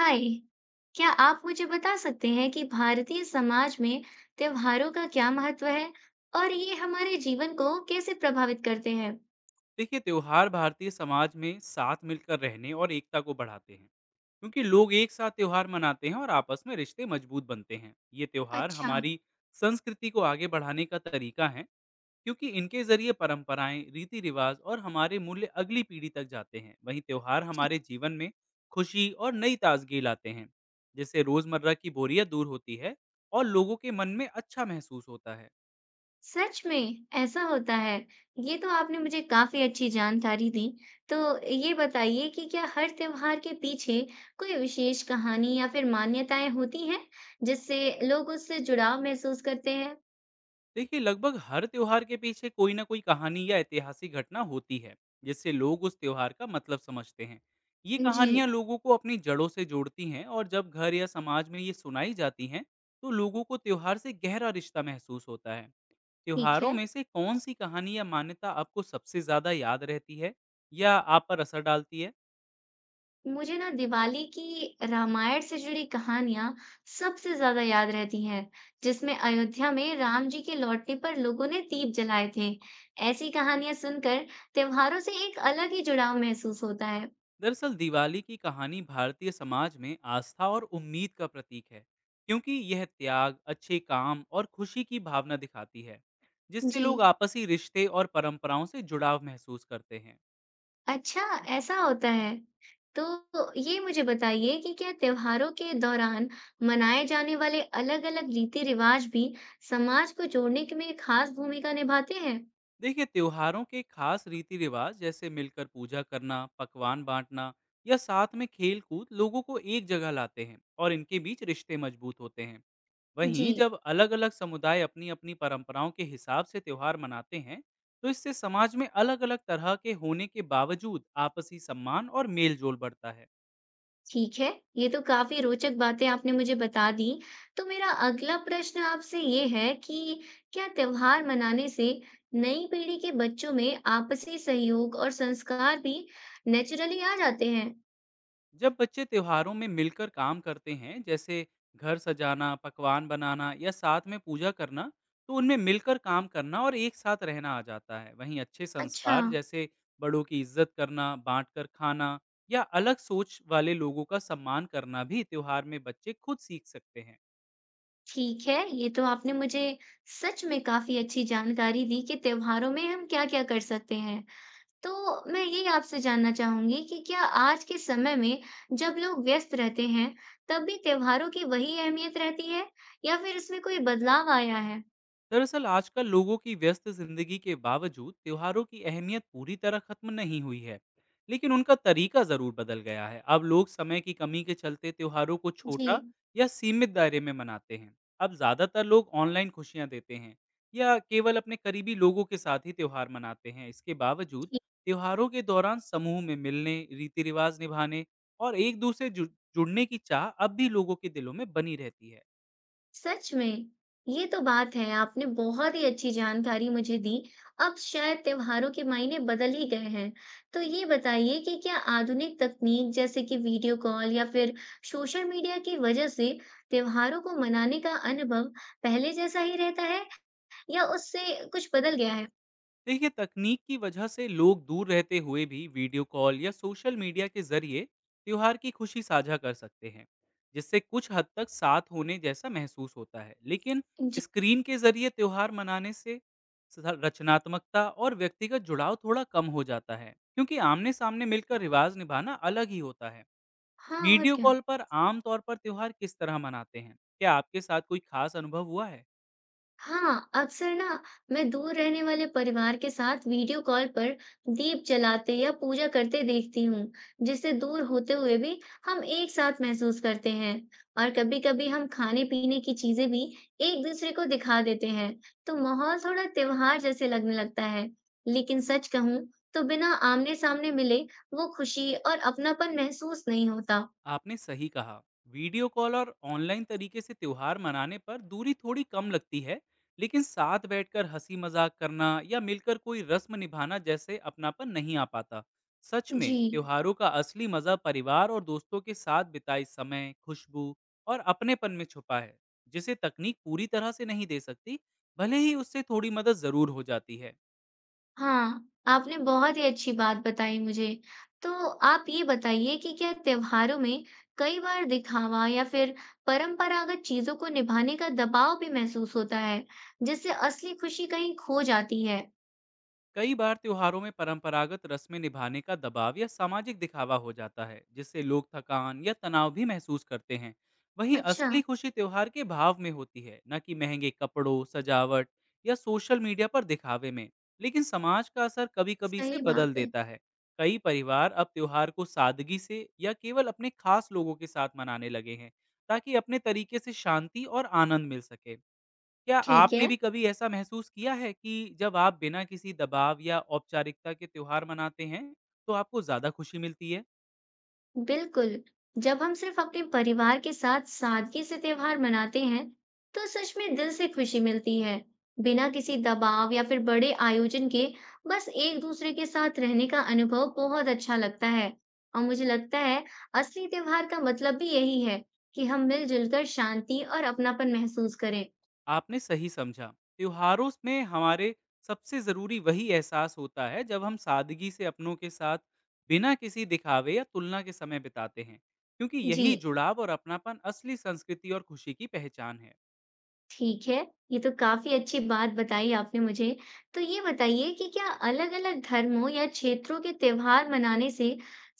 हाय। क्या आप मुझे बता सकते हैं कि भारतीय समाज में त्योहारों का क्या महत्व है और ये हमारे जीवन को कैसे प्रभावित करते हैं? देखिए, त्यौहार भारतीय समाज में साथ मिलकर रहने और एकता को बढ़ाते हैं क्योंकि लोग एक साथ त्यौहार मनाते हैं और आपस में रिश्ते मजबूत बनते हैं। ये त्यौहार अच्छा, हमारी संस्कृति को आगे बढ़ाने का तरीका है क्योंकि इनके जरिए परंपराएं, रीति रिवाज और हमारे मूल्य अगली पीढ़ी तक जाते हैं। वहीं त्यौहार हमारे जीवन में खुशी और नई ताजगी लाते हैं जिससे रोजमर्रा की बोरियत दूर होती है और लोगों के मन में अच्छा महसूस होता है। सच में ऐसा होता है। ये तो आपने मुझे काफी अच्छी जानकारी दी। तो ये बताइए कि क्या हर त्योहार के पीछे कोई विशेष कहानी या फिर मान्यताएं होती हैं जिससे लोग उससे जुड़ाव महसूस करते हैं? देखिए, लगभग हर त्योहार के पीछे कोई ना कोई कहानी या ऐतिहासिक घटना होती है जिससे लोग उस त्योहार का मतलब समझते हैं। ये जी, कहानियां लोगों को अपनी जड़ों से जोड़ती हैं, और जब घर या समाज में ये सुनाई जाती हैं तो लोगों को त्योहार से गहरा रिश्ता महसूस होता है। ठीक त्योहारों है। में से कौन सी कहानी या मान्यता आपको सबसे ज्यादा याद रहती है या आप पर असर डालती है? मुझे ना दिवाली की रामायण से जुड़ी कहानियां सबसे ज्यादा याद रहती हैं, जिसमें अयोध्या में राम जी के लौटने पर लोगों ने दीप जलाए थे। ऐसी कहानियां सुनकर त्योहारों से एक अलग ही जुड़ाव महसूस होता है। दरअसल, दिवाली की कहानी भारतीय समाज में आस्था और उम्मीद का प्रतीक है क्योंकि यह त्याग, अच्छे काम और खुशी की भावना दिखाती है, जिससे लोग जी, आपसी रिश्ते और परंपराओं से जुड़ाव महसूस करते हैं। अच्छा, ऐसा होता है। तो ये मुझे बताइए कि क्या त्योहारों के दौरान मनाए जाने वाले अलग-अलग रीति रिवाज भी समाज को जोड़ने के में खास भूमिका निभाते हैं? देखिए, त्योहारों के खास रीति रिवाज जैसे मिलकर पूजा करना, पकवान बांटना या साथ में खेल कूद लोगों को एक जगह लाते हैं और इनके बीच रिश्ते मजबूत होते हैं। जी, वहीं जब अलग-अलग समुदाय अपनी-अपनी परंपराओं के हिसाब से त्यौहार मनाते हैं, तो इससे समाज में अलग-अलग तरह के होने के बावजूद आपसी सम्मान और मेल-जोल बढ़ता है। ठीक है, ये तो काफ़ी रोचक बातें आपने मुझे बता दी। तो मेरा अगला प्रश्न आपसे ये है कि क्या त्योहार मनाने से नई पीढ़ी के बच्चों में आपसी सहयोग और संस्कार भी नेचुरली आ जाते हैं? जब बच्चे त्योहारों में मिलकर काम करते हैं, जैसे घर सजाना, पकवान बनाना या साथ में पूजा करना, तो उनमें मिलकर काम करना और एक साथ रहना आ जाता है। वहीं अच्छे अच्छा, संस्कार जैसे बड़ों की इज्जत करना, बांटकर खाना या अलग सोच वाले लोगों का सम्मान करना भी त्योहार में बच्चे खुद सीख सकते हैं। ठीक है, ये तो आपने मुझे सच में काफ़ी अच्छी जानकारी दी कि त्योहारों में हम क्या-क्या कर सकते हैं। तो मैं ये आपसे जानना चाहूंगी कि क्या आज के समय में जब लोग व्यस्त रहते हैं, तब भी त्योहारों की वही अहमियत रहती है या फिर इसमें कोई बदलाव आया है? दरअसल, आजकल लोगों की व्यस्त जिंदगी के बावजूद त्योहारों की अहमियत पूरी तरह खत्म नहीं हुई है, लेकिन उनका तरीका जरूर बदल गया है। अब लोग समय की कमी के चलते त्योहारों को छोटा जी, या सीमित दायरे में मनाते हैं। अब ज्यादातर लोग ऑनलाइन खुशियां देते हैं या केवल अपने करीबी लोगों के साथ ही त्योहार मनाते हैं। इसके बावजूद जी, त्योहारों के दौरान समूह में मिलने, रीति रिवाज निभाने और एक दूसरे से जुड़ने की चाह अब भी लोगों के दिलों में बनी रहती है। सच में ये तो बात है, आपने बहुत ही अच्छी जानकारी मुझे दी। अब शायद त्योहारों के मायने बदल ही गए हैं। तो ये बताइए कि क्या आधुनिक तकनीक जैसे कि वीडियो कॉल या फिर सोशल मीडिया की वजह से त्योहारों को मनाने का अनुभव पहले जैसा ही रहता है या उससे कुछ बदल गया है? देखिए, तकनीक की वजह से लोग दूर रहते हुए भी वीडियो कॉल या सोशल मीडिया के जरिए त्योहार की खुशी साझा कर सकते हैं, जिससे कुछ हद तक साथ होने जैसा महसूस होता है। लेकिन जी। स्क्रीन के जरिए त्योहार मनाने से रचनात्मकता और व्यक्तिगत जुड़ाव थोड़ा कम हो जाता है क्योंकि आमने सामने मिलकर रिवाज निभाना अलग ही होता है। हाँ, और वीडियो क्या। कॉल पर आमतौर पर त्योहार किस तरह मनाते हैं? क्या आपके साथ कोई खास अनुभव हुआ है? हाँ, अक्सर ना मैं दूर रहने वाले परिवार के साथ वीडियो कॉल पर दीप जलाते या पूजा करते देखती हूँ, जिससे दूर होते हुए भी हम एक साथ महसूस करते हैं। और कभी-कभी हम खाने-पीने की चीज़ें भी एक-दूसरे को दिखा देते हैं, तो माहौल थोड़ा त्योहार जैसे लगने लगता है। लेकिन सच कहूँ तो बिना आमने-सामने मिले वो खुशी और अपनापन महसूस नहीं होता। आपने सही कहा। वीडियो कॉल और ऑनलाइन तरीके से त्योहार मनाने पर दूरी थोड़ी कम लगती है, लेकिन साथ बैठकर हंसी मजाक करना या मिलकर कोई रस्म निभाना जैसे अपनापन नहीं आ पाता। सच में जी। त्योहारों का असली मजा परिवार और दोस्तों के साथ बिताए समय, खुशबू और अपनेपन में छुपा है, जिसे तकनीक पूरी तरह से नहीं दे सकती, भले ही उससे थोड़ी मदद जरूर हो जाती है। हाँ, आपने बहुत ही अच्छी बात बताई मुझे। तो आप ये बताइए कि क्या त्योहारों में कई बार दिखावा या फिर परंपरागत चीज़ों को निभाने का दबाव भी महसूस होता है, जिससे असली खुशी कहीं खो जाती है? कई बार त्योहारों में परंपरागत रस्में निभाने का दबाव या सामाजिक दिखावा हो जाता है, जिससे लोग थकान या तनाव भी महसूस करते हैं। वहीं अच्छा, असली खुशी त्योहार के भाव में होती है, न कि महंगे कपड़ों, सजावट या सोशल मीडिया पर दिखावे में। लेकिन समाज का असर कभी कभी से सही बात बदल है। देता है। कई परिवार अब त्योहार को सादगी से या केवल अपने खास लोगों के साथ मनाने लगे हैं, ताकि अपने तरीके से शांति और आनंद मिल सके। क्या ठीक आपने है। भी कभी ऐसा महसूस किया है कि जब आप बिना किसी दबाव या औपचारिकता के त्योहार मनाते हैं, तो आपको ज़्यादा खुशी मिलती है? बिल्कुल, जब हम सिर्फ अपने परिवार के साथ सादगी से त्योहार मनाते हैं तो सच में दिल से खुशी मिलती है। बिना किसी दबाव या फिर बड़े आयोजन के बस एक दूसरे के साथ रहने का अनुभव बहुत अच्छा लगता है। और मुझे लगता है असली त्योहार का मतलब भी यही है कि हम मिलजुल कर शांति और अपनापन महसूस करें। आपने सही समझा। त्योहारों में हमारे सबसे ज़रूरी वही एहसास होता है जब हम सादगी से अपनों के साथ बिना किसी दिखावे या तुलना के समय बिताते हैं, क्योंकि जी, यही जुड़ाव और अपनापन असली संस्कृति और खुशी की पहचान है। ठीक है, ये तो काफ़ी अच्छी बात बताई आपने मुझे। तो ये बताइए कि क्या अलग-अलग धर्मों या क्षेत्रों के त्योहार मनाने से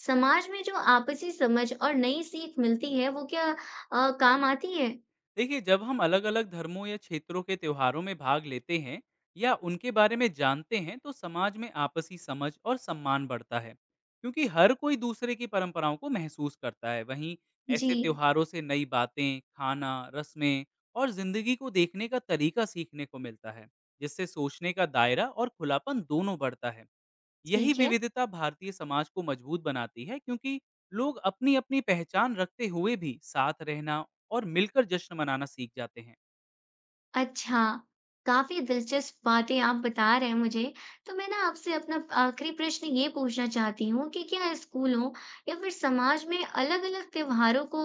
समाज में जो आपसी समझ और नई सीख मिलती है, वो क्या काम आती है? देखिए, जब हम अलग अलग धर्मों या क्षेत्रों के त्योहारों में भाग लेते हैं या उनके बारे में जानते हैं, तो समाज में आपसी समझ और सम्मान बढ़ता है, क्योंकि हर कोई दूसरे की परंपराओं को महसूस करता है। वहीं जी, ऐसे त्योहारों से नई बातें, खाना, रस्में और जिंदगी को देखने का तरीका सीखने को मिलता है, जिससे सोचने का दायरा और खुलापन दोनों बढ़ता है। यही ठीक है। विविधता भारतीय समाज को मजबूत बनाती है, क्योंकि लोग अपनी अपनी पहचान रखते हुए भी साथ रहना और मिलकर जश्न मनाना सीख जाते हैं। अच्छा, काफ़ी दिलचस्प बातें आप बता रहे हैं मुझे। तो मैं ना आपसे अपना आखिरी प्रश्न ये पूछना चाहती हूँ कि क्या स्कूलों या फिर समाज में अलग-अलग त्योहारों को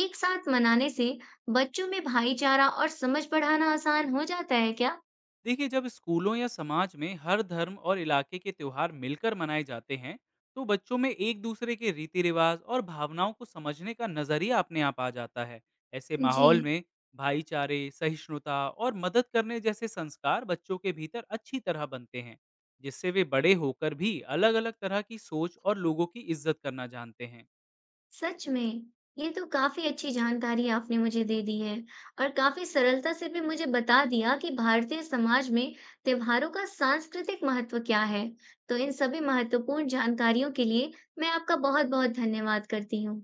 एक साथ मनाने से बच्चों में भाईचारा और समझ बढ़ाना आसान हो जाता है क्या? देखिए, जब स्कूलों या समाज में हर धर्म और इलाके के त्यौहार मिलकर मनाए जाते हैं, तो बच्चों में एक दूसरे के रीति रिवाज और भावनाओं को समझने का नजरिया अपने आप आ जाता है। ऐसे जी। माहौल में भाईचारे, सहिष्णुता और मदद करने जैसे संस्कार बच्चों के भीतर अच्छी तरह बनते हैं, जिससे वे बड़े होकर भी अलग अलग तरह की सोच और लोगों की इज्जत करना जानते हैं। सच में! ये तो काफ़ी अच्छी जानकारी आपने मुझे दे दी है और काफ़ी सरलता से भी मुझे बता दिया कि भारतीय समाज में त्योहारों का सांस्कृतिक महत्व क्या है। तो इन सभी महत्वपूर्ण जानकारियों के लिए मैं आपका बहुत-बहुत धन्यवाद करती हूँ।